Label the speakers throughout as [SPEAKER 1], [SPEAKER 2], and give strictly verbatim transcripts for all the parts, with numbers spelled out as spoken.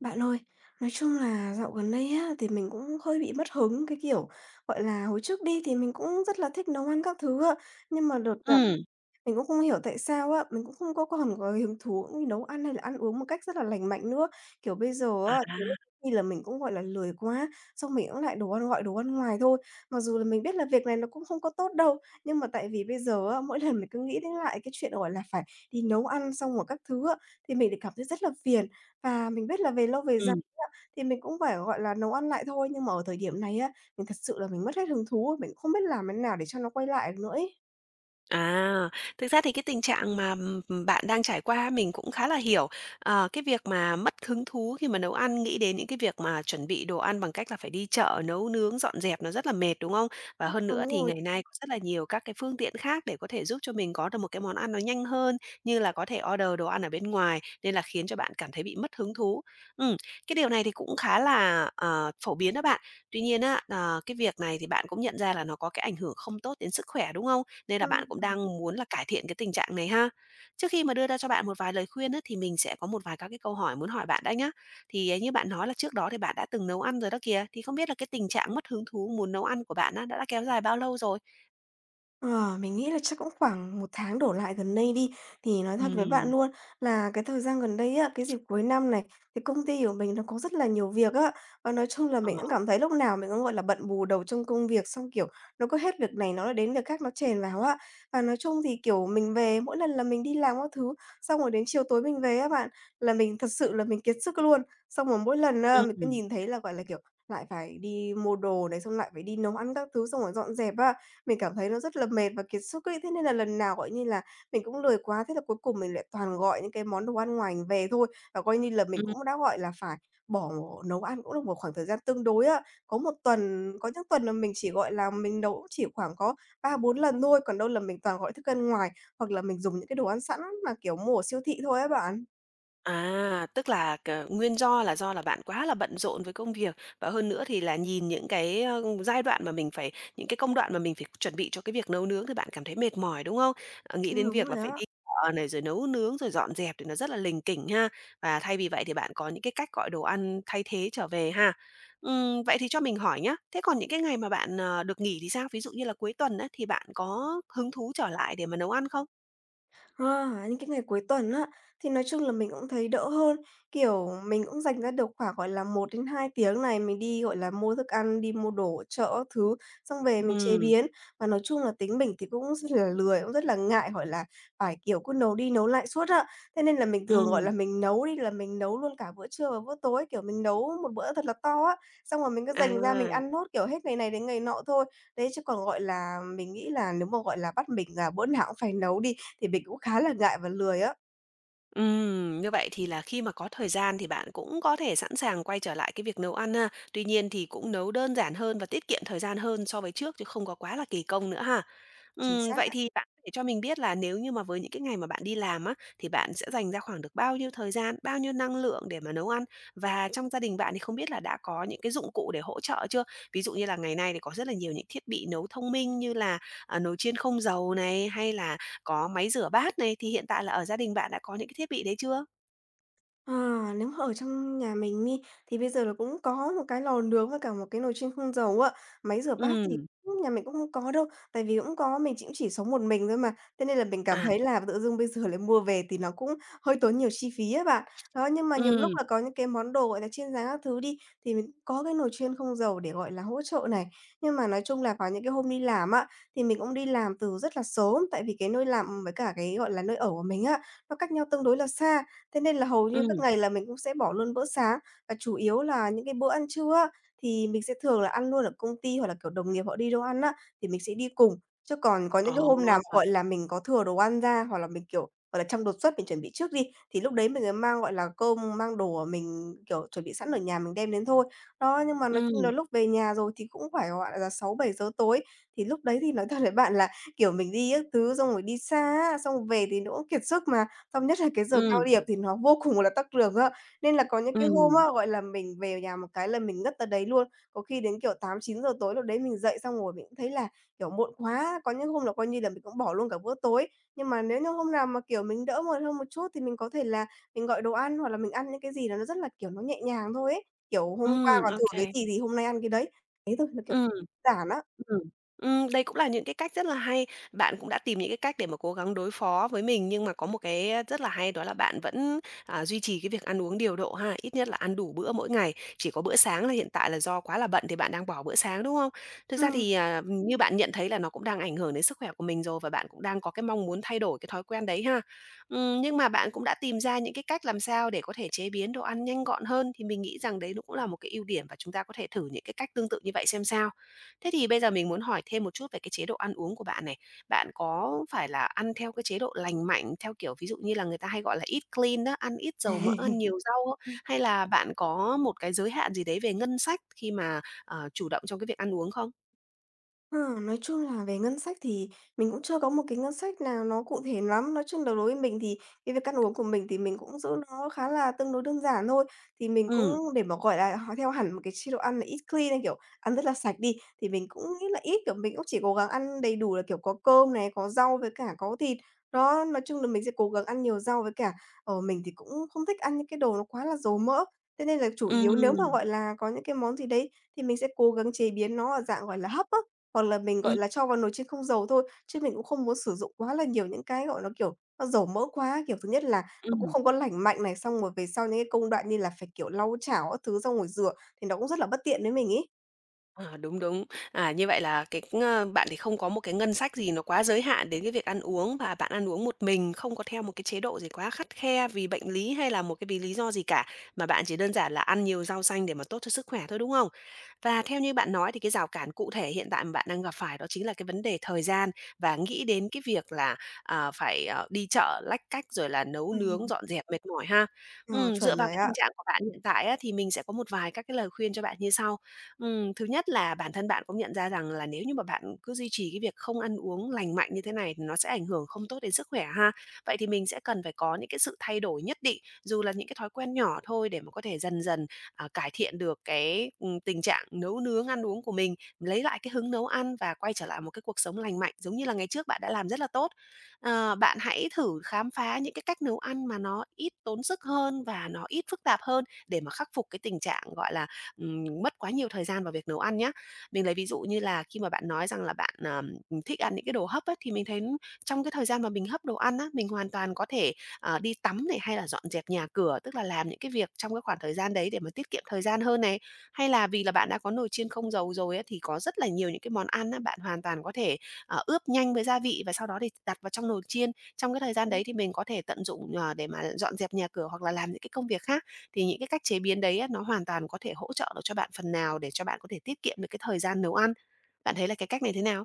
[SPEAKER 1] Bạn ơi, nói chung là dạo gần đây á, thì mình cũng hơi bị mất hứng, cái kiểu, gọi là, hồi trước đi thì mình cũng rất là thích nấu ăn các thứ á, nhưng mà đợt đợt
[SPEAKER 2] Ừm,
[SPEAKER 1] mình cũng không hiểu tại sao á, mình cũng không có còn có hứng thú cũng như nấu ăn hay là ăn uống một cách rất là lành mạnh nữa. Kiểu, bây giờ
[SPEAKER 2] à,
[SPEAKER 1] á, nhiều lúc khi là mình cũng, gọi là, lười quá, xong mình cũng lại đồ ăn gọi đồ ăn ngoài thôi. Mặc dù là mình biết là việc này nó cũng không có tốt đâu, nhưng mà tại vì bây giờ á, mỗi lần mình cứ nghĩ đến lại cái chuyện, gọi là, phải đi nấu ăn xong rồi các thứ á, thì mình lại cảm thấy rất là phiền. Và mình biết là về lâu về dài
[SPEAKER 2] ừm.
[SPEAKER 1] á, thì mình cũng phải, gọi là, nấu ăn lại thôi, nhưng mà ở thời điểm này á, mình thật sự là mình mất hết hứng thú, mình cũng không biết làm thế nào để cho nó quay lại được nữa ấy.
[SPEAKER 2] À, thực ra thì cái tình trạng mà, ừm, ừm, bạn đang trải qua mình cũng khá là hiểu. Ờ, cái việc mà mất hứng thú khi mà nấu ăn, nghĩ đến những cái việc mà chuẩn bị đồ ăn bằng cách là phải đi chợ, nấu nướng, dọn dẹp nó rất là mệt, đúng không? Và hơn nữa
[SPEAKER 1] Đúng
[SPEAKER 2] thì
[SPEAKER 1] rồi.
[SPEAKER 2] ngày nay có rất là nhiều các cái phương tiện khác để có thể giúp cho mình có được một cái món ăn nó nhanh hơn, như là có thể order đồ ăn ở bên ngoài, nên là khiến cho bạn cảm thấy bị mất hứng thú. Ừm, cái điều này thì cũng khá là, ờ, phổ biến đó bạn. Tuy nhiên á, ờ, cái việc này thì bạn cũng nhận ra là nó có cái ảnh hưởng không tốt đến sức khỏe, đúng không? Nên là bạn cũng
[SPEAKER 1] Ừm.
[SPEAKER 2] đang muốn là cải thiện cái tình trạng này ha. Trước khi mà đưa ra cho bạn một vài lời khuyên á, thì mình sẽ có một vài các cái câu hỏi muốn hỏi bạn đã nhá. Thì, à, như bạn nói là trước đó thì bạn đã từng nấu ăn rồi đó kìa, thì không biết là cái tình trạng mất hứng thú muốn nấu ăn của bạn á, đã đã kéo dài bao lâu rồi?
[SPEAKER 1] Ờ, mình nghĩ là chắc cũng khoảng một tháng đổ lại gần đây đi. Thì nói thật với bạn
[SPEAKER 2] Ừm,
[SPEAKER 1] luôn là cái thời gian gần đây á, cái dịp cuối năm này, thì công ty của mình nó có rất là nhiều việc á. Và nói chung là
[SPEAKER 2] ờ,
[SPEAKER 1] mình cũng cảm thấy lúc nào mình cũng, gọi là, bận bù đầu trong công việc, xong, kiểu, nó cứ hết việc này nó lại đến việc khác nó chèn vào á. Và nói chung thì, kiểu, mình về mỗi lần là mình đi làm các thứ, xong rồi đến chiều tối mình về á bạn, là mình thật sự là mình kiệt sức luôn. Xong rồi mỗi lần á, mình cứ
[SPEAKER 2] ừm,
[SPEAKER 1] nhìn thấy là, gọi là, kiểu, lại phải đi mua đồ này, xong lại phải đi nấu ăn các thứ, xong rồi dọn dẹp á. Mình cảm thấy nó rất là mệt và kiệt sức ấy, thế nên là lần nào, gọi như là, mình cũng lười quá, thế là cuối cùng mình lại toàn gọi những cái món đồ ăn ngoài về thôi. Và coi như là mình
[SPEAKER 2] ừm.
[SPEAKER 1] cũng đã, gọi là, phải bỏ nấu ăn cũng được một khoảng thời gian tương đối á. Có một tuần có những tuần là mình chỉ, gọi là, mình nấu cũng chỉ khoảng có ba bốn lần thôi, còn đâu là mình toàn gọi thức ăn ngoài, hoặc là mình dùng những cái đồ ăn sẵn mà, kiểu, mua ở siêu thị thôi á bạn.
[SPEAKER 2] À, tức là c nguyên do là do là bạn quá là bận rộn với công việc, và hơn nữa thì là nhìn những cái, ơ, giai đoạn mà mình phải những cái công đoạn mà mình phải chuẩn bị cho cái việc nấu nướng thì bạn cảm thấy mệt mỏi, đúng không? Ờ, nghĩ
[SPEAKER 1] Ừm,
[SPEAKER 2] đến
[SPEAKER 1] đúng
[SPEAKER 2] việc
[SPEAKER 1] rồi
[SPEAKER 2] là phải
[SPEAKER 1] á.
[SPEAKER 2] đi chợ này, rồi nấu nướng, rồi dọn dẹp thì nó rất là lỉnh kỉnh ha. Và thay vì vậy thì bạn có những cái cách gọi đồ ăn thay thế trở về ha. Ừm, vậy thì cho mình hỏi nhá, thế còn những cái ngày mà bạn, ờ, được nghỉ thì sao? Ví dụ như là cuối tuần á, thì bạn có hứng thú trở lại để mà nấu ăn không?
[SPEAKER 1] À, những cái ngày cuối tuần á, thì nói chung là mình cũng thấy đỡ hơn, kiểu, mình cũng dành ra được khoảng, gọi là, một đến hai tiếng này, mình đi, gọi là, mua thức ăn, đi mua đồ ở chợ các thứ, xong về mình chế
[SPEAKER 2] Ừm,
[SPEAKER 1] biến. Và nói chung là tính mình thì cũng rất là lười, cũng rất là ngại, gọi là, phải, kiểu, cứ nấu đi nấu lại suốt á. Thế nên là mình thường, gọi là,
[SPEAKER 2] ừm,
[SPEAKER 1] mình nấu đi là mình nấu luôn cả bữa trưa và bữa tối, kiểu, mình nấu một bữa thật là to á, xong rồi mình cứ dành ra mình
[SPEAKER 2] à.
[SPEAKER 1] ăn nốt, kiểu, hết ngày này đến ngày nọ thôi. Đấy, chứ còn, gọi là, mình nghĩ là nếu mà, gọi là, bắt mình là bữa nào cũng phải nấu đi, thì mình cũng khá là ngại và lười á.
[SPEAKER 2] Ừm, như vậy thì là khi mà có thời gian thì bạn cũng có thể sẵn sàng quay trở lại cái việc nấu ăn ha. Tuy nhiên thì cũng nấu đơn giản hơn và tiết kiệm thời gian hơn so với trước chứ không có quá là kỳ công nữa ha.
[SPEAKER 1] Chính
[SPEAKER 2] Ừm,
[SPEAKER 1] xác
[SPEAKER 2] vậy
[SPEAKER 1] á.
[SPEAKER 2] thì bạn có thể cho mình biết là nếu như mà với những cái ngày mà bạn đi làm á, thì bạn sẽ dành ra khoảng được bao nhiêu thời gian, bao nhiêu năng lượng để mà nấu ăn? Và trong gia đình bạn thì không biết là đã có những cái dụng cụ để hỗ trợ chưa? Ví dụ như là ngày nay thì có rất là nhiều những thiết bị nấu thông minh như là, à, nồi chiên không dầu này, hay là có máy rửa bát này, thì hiện tại là ở gia đình bạn đã có những cái thiết bị đấy chưa?
[SPEAKER 1] À, nếu mà ở trong nhà mình đi, thì bây giờ là cũng có một cái lò nướng với cả một cái nồi chiên không dầu á. Máy rửa bát thì
[SPEAKER 2] Ừm,
[SPEAKER 1] cũng- nhà mình cũng không có đâu, tại vì cũng có mình chỉ cũng chỉ sống một mình thôi mà. Thế nên là mình cảm
[SPEAKER 2] à,
[SPEAKER 1] thấy là tự dưng bây giờ lại mua về thì nó cũng hơi tốn nhiều chi phí á bạn. Đó, nhưng mà nhiều lúc
[SPEAKER 2] ừm,
[SPEAKER 1] là có những cái món đồ, gọi là, chiên rán các thứ đi, thì mình có cái nồi chiên không dầu để, gọi là, hỗ trợ này. Nhưng mà nói chung là vào những cái hôm đi làm á, thì mình cũng đi làm từ rất là sớm, tại vì cái nơi làm với cả cái, gọi là, nơi ở của mình á, nó cách nhau tương đối là xa. Thế nên là hầu như các
[SPEAKER 2] ừm,
[SPEAKER 1] ngày là mình cũng sẽ bỏ luôn bữa sáng, và chủ yếu là những cái bữa ăn trưa á, thì mình sẽ thường là ăn luôn ở công ty hoặc là, kiểu, đồng nghiệp họ đi đâu ăn á, thì mình sẽ đi cùng. Chứ còn có những cái hôm nào,
[SPEAKER 2] ồ,
[SPEAKER 1] gọi là, mình có thừa đồ ăn ra hoặc là mình, kiểu, gọi là, trong đột xuất mình chuẩn bị trước đi, thì lúc đấy mình mới mang, gọi là, cơm, mang đồ của mình, kiểu, chuẩn bị sẵn ở nhà mình đem đến thôi. Đó, nhưng mà nói chung là
[SPEAKER 2] ừm,
[SPEAKER 1] lúc về nhà rồi thì cũng phải, gọi là, sáu bảy giờ tối, thì lúc đấy thì nói thật với bạn là, kiểu, mình đi các thứ xong rồi đi xa á, xong về thì nó cũng kiệt sức mà. Xong nhất là cái giờ cao
[SPEAKER 2] ừm,
[SPEAKER 1] điểm thì nó vô cùng là tắc đường á, nên là có những cái hôm
[SPEAKER 2] ừm,
[SPEAKER 1] á, gọi là, mình về nhà một cái là mình ngất tới đấy luôn. Có khi đến, kiểu, tám chín giờ tối lúc đấy mình dậy xong rồi mình cũng thấy là, kiểu, muộn quá, có những hôm là coi như là mình cũng bỏ luôn cả bữa tối. Nhưng mà nếu như hôm nào mà, kiểu, mình đỡ mệt hơn một chút thì mình có thể là mình gọi đồ ăn hoặc là mình ăn những cái gì đó nó rất là, kiểu, nó nhẹ nhàng thôi ấy. Kiểu, hôm qua
[SPEAKER 2] ừm,
[SPEAKER 1] còn
[SPEAKER 2] ô
[SPEAKER 1] thừa
[SPEAKER 2] kê.
[SPEAKER 1] cái gì thì hôm nay ăn cái đấy. Thế thôi, nó, kiểu, giản á.
[SPEAKER 2] Ừm, ừm, Đây cũng là những cái cách rất là hay. Bạn cũng đã tìm những cái cách để mà cố gắng đối phó với mình, nhưng mà có một cái, rất là hay đó là bạn vẫn, à, duy trì cái việc ăn uống điều độ ha, ít nhất là ăn đủ bữa mỗi ngày. Chỉ có bữa sáng là hiện tại là do quá là bận thì bạn đang bỏ bữa sáng, đúng không? Thực ra
[SPEAKER 1] Ừm.
[SPEAKER 2] thì, à, như bạn nhận thấy là nó cũng đang ảnh hưởng đến sức khỏe của mình rồi và bạn cũng đang có cái mong muốn thay đổi cái thói quen đấy ha. Ừm, nhưng mà bạn cũng đã tìm ra những cái cách làm sao để có thể chế biến đồ ăn nhanh gọn hơn, thì mình nghĩ rằng đấy nó cũng là một cái ưu điểm và chúng ta có thể thử những cái cách tương tự như vậy xem sao. Thế thì bây giờ mình muốn hỏi thêm một chút về cái chế độ ăn uống của bạn này. Bạn có phải là ăn theo cái chế độ lành mạnh, theo kiểu, ví dụ như là người ta hay gọi là eat clean đó ăn ít dầu mỡ, ăn nhiều rau không? Hay là bạn có một cái giới hạn gì đấy về ngân sách khi mà, ờ, chủ động trong cái việc ăn uống không?
[SPEAKER 1] Ờ, nói chung là về ngân sách thì mình cũng chưa có một cái ngân sách nào nó cụ thể lắm. Nói chung là đối với mình thì cái việc ăn uống của mình thì mình cũng giữ nó khá là tương đối đơn giản thôi. Thì mình cũng
[SPEAKER 2] Ừ,
[SPEAKER 1] để mà, gọi là, h theo hẳn một cái chế độ ăn là eat clean hay, kiểu, ăn rất là sạch đi, thì mình cũng nghĩ là ít, kiểu, mình cũng chỉ cố gắng ăn đầy đủ là, kiểu, có cơm này, có rau với cả có thịt. Đó, nói chung là mình sẽ cố gắng ăn nhiều rau với cả, ở mình thì cũng không thích ăn những cái đồ nó quá là dầu mỡ. Thế nên là chủ yếu nếu mà,
[SPEAKER 2] ừ,
[SPEAKER 1] gọi là, có những cái món gì đấy thì mình sẽ cố gắng chế biến nó ở dạng, gọi là, hấp á. Hoặc là mình, gọi
[SPEAKER 2] ừm,
[SPEAKER 1] là, cho vào nồi chiên không dầu thôi, chứ mình cũng không muốn sử dụng quá là nhiều những cái, gọi là, kiểu, nó dầu mỡ quá. Kiểu, thứ nhất là nó cũng
[SPEAKER 2] ừm.
[SPEAKER 1] không có lành mạnh này, xong rồi về sau những cái công đoạn như là phải, kiểu, lau chảo các thứ xong rồi rửa thì nó cũng rất là bất tiện với mình ấy.
[SPEAKER 2] À, đúng, đúng. À, như vậy là cái, ơ, bạn thì không có một cái ngân sách gì nó quá giới hạn đến cái việc ăn uống và bạn ăn uống một mình, không có theo một cái chế độ gì quá khắt khe vì bệnh lý hay là một cái vì lý do gì cả, mà bạn chỉ đơn giản là ăn nhiều rau xanh để mà tốt cho sức khỏe thôi, đúng không? Và theo như bạn nói thì cái rào cản cụ thể hiện tại mà bạn đang gặp phải đó chính là cái vấn đề thời gian và nghĩ đến cái việc là, à, phải, ờ, đi chợ lách cách rồi là nấu
[SPEAKER 1] Ừm.
[SPEAKER 2] nướng, dọn dẹp mệt mỏi ha.
[SPEAKER 1] Ờ,
[SPEAKER 2] Ừm, dựa
[SPEAKER 1] chuẩn
[SPEAKER 2] vào
[SPEAKER 1] rồi
[SPEAKER 2] cái
[SPEAKER 1] ạ.
[SPEAKER 2] tình trạng của bạn hiện tại á, thì mình sẽ có một vài các cái lời khuyên cho bạn như sau. Ừm, thứ nhất là bản thân bạn cũng nhận ra rằng là nếu như mà bạn cứ duy trì cái việc không ăn uống lành mạnh như thế này thì nó sẽ ảnh hưởng không tốt đến sức khỏe ha. Vậy thì mình sẽ cần phải có những cái sự thay đổi nhất định, dù là những cái thói quen nhỏ thôi để mà có thể dần dần, à, cải thiện được cái, ừm, tình trạng nấu nướng ăn uống của mình, lấy lại cái hứng nấu ăn và quay trở lại một cái cuộc sống lành mạnh giống như là ngày trước bạn đã làm rất là tốt. Ờ, bạn hãy thử khám phá những cái cách nấu ăn mà nó ít tốn sức hơn và nó ít phức tạp hơn để mà khắc phục cái tình trạng, gọi là, ừm, mất quá nhiều thời gian vào việc nấu ăn nhé. Mình lấy ví dụ như là khi mà bạn nói rằng là bạn, ờm, thích ăn những cái đồ hấp á, thì mình thấy trong cái thời gian mà mình hấp đồ ăn á, mình hoàn toàn có thể, ờ, đi tắm này, hay là dọn dẹp nhà cửa, tức là làm những cái việc trong cái khoảng thời gian đấy để mà tiết kiệm thời gian hơn này. Hay là vì là bạn đã có nồi chiên không dầu rồi á, thì có rất là nhiều những cái món ăn á, bạn hoàn toàn có thể, ờ, ướp nhanh với gia vị và sau đó thì đặt vào trong nồi chiên. Trong cái thời gian đấy thì mình có thể tận dụng, ờ, để mà dọn dẹp nhà cửa hoặc là làm những cái công việc khác. Thì những cái cách chế biến đấy á, nó hoàn toàn có thể hỗ trợ được cho bạn phần nào để cho bạn có thể tiết kiệm được cái thời gian nấu ăn. Bạn thấy là cái cách này thế nào?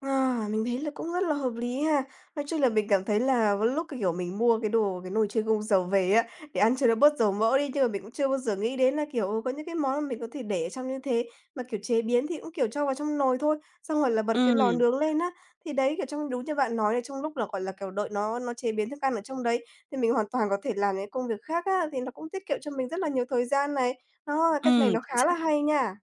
[SPEAKER 1] À, mình thấy là cũng rất là hợp lý ha. Nói chung là mình cảm thấy là có lúc, cái kiểu, mình mua cái đồ cái nồi chiên không dầu về á, để ăn cho nó bớt dầu mỡ đi, nhưng mà mình cũng chưa bao giờ nghĩ đến là, kiểu, ừ, có những cái món mà mình có thể để ở trong như thế, mà, kiểu, chế biến thì cũng, kiểu, cho vào trong nồi thôi, xong rồi là bật cái lò
[SPEAKER 2] Ừm,
[SPEAKER 1] nướng lên á. Thì đấy, kiểu, trong đúng như bạn nói là trong lúc là, gọi là, kiểu, đợi nó nó chế biến thức ăn ở trong đấy, thì mình hoàn toàn có thể làm những công việc khác á, thì nó cũng tiết kiệm cho mình rất là nhiều thời gian này. Đó, cách này
[SPEAKER 2] ừm,
[SPEAKER 1] nó
[SPEAKER 2] chính
[SPEAKER 1] khá là
[SPEAKER 2] xác.
[SPEAKER 1] hay nha.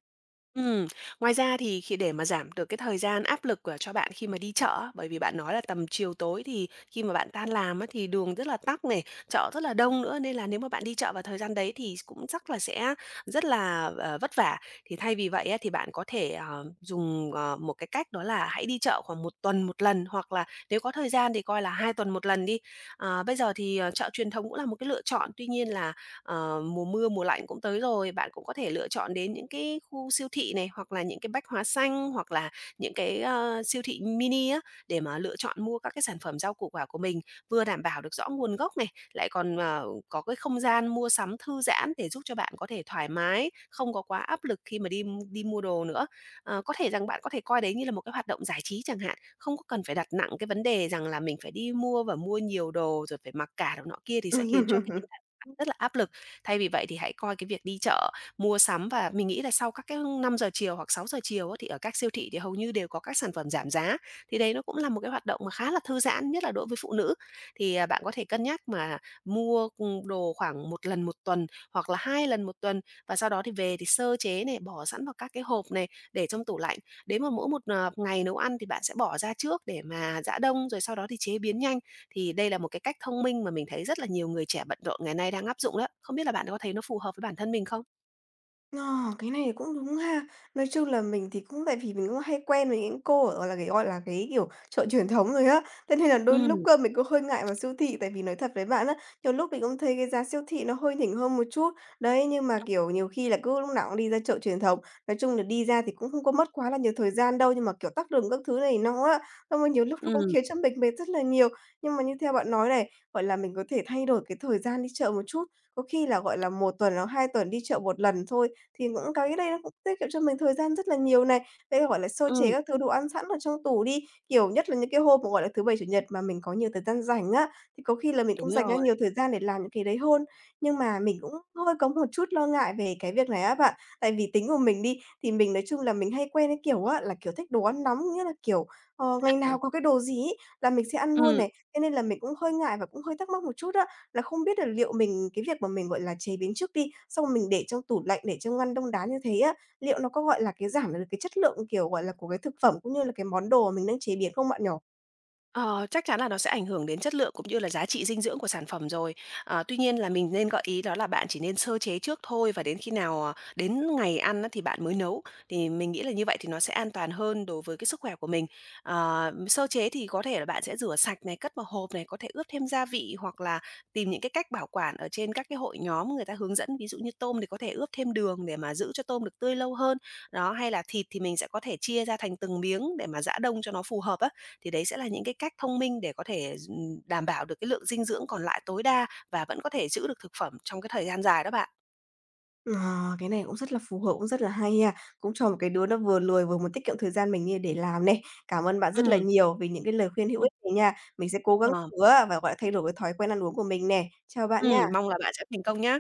[SPEAKER 2] Ừm, Ngoài ra thì khi để mà giảm được cái thời gian áp lực của cho bạn khi mà đi chợ á, bởi vì bạn nói là tầm chiều tối thì khi mà bạn tan làm á, thì đường rất là tắc này, chợ rất là đông nữa, nên là nếu mà bạn đi chợ vào thời gian đấy thì cũng chắc là sẽ rất là, ờ, vất vả. Thì thay vì vậy á, thì bạn có thể, ờ, dùng, ờ, một cái cách đó là hãy đi chợ khoảng một tuần một lần, hoặc là nếu có thời gian thì coi là hai tuần một lần đi. Ờ, bây giờ thì, ờ, chợ truyền thống cũng là một cái lựa chọn, tuy nhiên là ờ, mùa mưa, mùa lạnh cũng tới rồi, bạn cũng có thể lựa chọn đến những cái khu siêu thị này, hoặc là những cái bách hóa xanh, hoặc là những cái, ơ, siêu thị mini á, để mà lựa chọn mua các cái sản phẩm rau củ quả của mình, vừa đảm bảo được rõ nguồn gốc này, lại còn, ờ, có cái không gian mua sắm thư giãn để giúp cho bạn có thể thoải mái, không có quá áp lực khi mà đi đi mua đồ nữa. Ờ, có thể rằng bạn có thể coi đấy như là một cái hoạt động giải trí chẳng hạn, không có cần phải đặt nặng cái vấn đề rằng là mình phải đi mua và mua nhiều đồ rồi phải mặc cả đồ nọ kia thì sẽ khiến cho cái tinh thần bạn rất là áp lực. Thay vì vậy thì hãy coi cái việc đi chợ, mua sắm và mình nghĩ là sau các cái năm giờ chiều hoặc sáu giờ chiều á, thì ở các siêu thị thì hầu như đều có các sản phẩm giảm giá, thì đấy nó cũng là một cái hoạt động mà khá là thư giãn, nhất là đối với phụ nữ. Thì, à, bạn có thể cân nhắc mà mua, ừm, đồ khoảng một lần một tuần hoặc là hai lần một tuần và sau đó thì về thì sơ chế này, bỏ sẵn vào các cái hộp này, để trong tủ lạnh. Đến mà mỗi một, ờ, ngày nấu ăn thì bạn sẽ bỏ ra trước để mà giã đông, rồi sau đó thì chế biến nhanh. Thì đây là một cái cách thông minh mà mình thấy rất là nhiều người trẻ bận rộn ngày nay đang áp dụng đó. Không biết là bạn có thấy nó phù hợp với bản thân mình không?
[SPEAKER 1] Ờ, cái này thì cũng đúng ha. Nói chung là mình thì cũng tại vì mình cũng hay quen với những cô ở, gọi là, cái, gọi là, cái, kiểu, chợ truyền thống rồi á, thế nên là đôi lúc
[SPEAKER 2] Ừm,
[SPEAKER 1] cơ mình cũng hơi ngại vào siêu thị. Tại vì nói thật với bạn á, nhiều lúc mình cũng thấy cái giá siêu thị nó hơi nhỉnh hơn một chút. Đấy, nhưng mà, kiểu, nhiều khi là cứ lúc nào cũng đi ra chợ truyền thống, nói chung là đi ra thì cũng không có mất quá là nhiều thời gian đâu, nhưng mà, kiểu, tắc đường các thứ này nó á, xong rồi nhiều lúc nó cũng
[SPEAKER 2] ừm,
[SPEAKER 1] khiến cho mình mệt rất là nhiều. Nhưng mà như theo bạn nói này, gọi là, mình có thể thay đổi cái thời gian đi chợ một chút, có khi là, gọi là, một tuần hoặc hai tuần đi chợ một lần thôi, thì cũng cái đây nó cũng tiết kiệm cho mình thời gian rất là nhiều này. Đây, gọi là, sơ chế
[SPEAKER 2] ừm,
[SPEAKER 1] các thứ đồ ăn sẵn ở trong tủ đi, kiểu, nhất là những cái hôm mà, gọi là, thứ Bảy, Chủ nhật mà mình có nhiều thời gian rảnh á, thì có khi là mình
[SPEAKER 2] đúng
[SPEAKER 1] cũng dành ra
[SPEAKER 2] rồi.
[SPEAKER 1] nhiều thời gian để làm những cái đấy hơn. Nhưng mà mình cũng hơi có một chút lo ngại về cái việc này á bạn, tại vì tính của mình đi, thì mình nói chung là mình hay quen cái kiểu á, là, kiểu, thích đồ ăn nóng, nghĩa là, kiểu, ờ, ngày
[SPEAKER 2] Ờ.
[SPEAKER 1] nào có cái đồ gì ấy là mình sẽ ăn luôn
[SPEAKER 2] Ừm.
[SPEAKER 1] này, thế nên là mình cũng hơi ngại và cũng hơi thắc mắc một chút á, là không biết được liệu mình cái việc mà mình, gọi là, chế biến trước đi, xong rồi mình để trong tủ lạnh, để trong ngăn đông đá như thế á, liệu nó có, gọi là, cái giảm được cái chất lượng, kiểu, gọi là, của cái thực phẩm cũng như là cái món đồ mà mình đang chế biến không bạn nhỏ.
[SPEAKER 2] Ờ, chắc chắn là nó sẽ ảnh hưởng đến chất lượng cũng như là giá trị dinh dưỡng của sản phẩm rồi. À, tuy nhiên là mình nên gợi ý đó là bạn chỉ nên sơ chế trước thôi và đến khi nào, à, đến ngày ăn á thì bạn mới nấu. Thì mình nghĩ là như vậy thì nó sẽ an toàn hơn đối với cái sức khỏe của mình. Ờ, sơ chế thì có thể là bạn sẽ rửa sạch này, cất vào hộp này, có thể ướp thêm gia vị hoặc là tìm những cái cách bảo quản ở trên các cái hội nhóm người ta hướng dẫn. Ví dụ như tôm thì có thể ướp thêm đường để mà giữ cho tôm được tươi lâu hơn. Đó, hay là thịt thì mình sẽ có thể chia ra thành từng miếng để mà giã đông cho nó phù hợp á thì đấy sẽ là những cái cách thông minh để có thể d đảm bảo được cái lượng dinh dưỡng còn lại tối đa và vẫn có thể giữ được thực phẩm trong cái thời gian dài đó bạn.
[SPEAKER 1] Ờ, cái này cũng rất là phù hợp, cũng rất là hay nha, cũng cho một cái đứa nó vừa lười vừa muốn tiết kiệm thời gian mình như để làm này. Cảm ơn bạn rất là
[SPEAKER 2] Ừm,
[SPEAKER 1] nhiều vì những cái lời khuyên hữu
[SPEAKER 2] ừm.
[SPEAKER 1] ích này nha. Mình sẽ cố gắng
[SPEAKER 2] Ờ,
[SPEAKER 1] thử á và, gọi là, thay đổi cái thói quen ăn uống của mình nè. Chào bạn
[SPEAKER 2] ừm,
[SPEAKER 1] nha.
[SPEAKER 2] mong là bạn sẽ thành công nhé.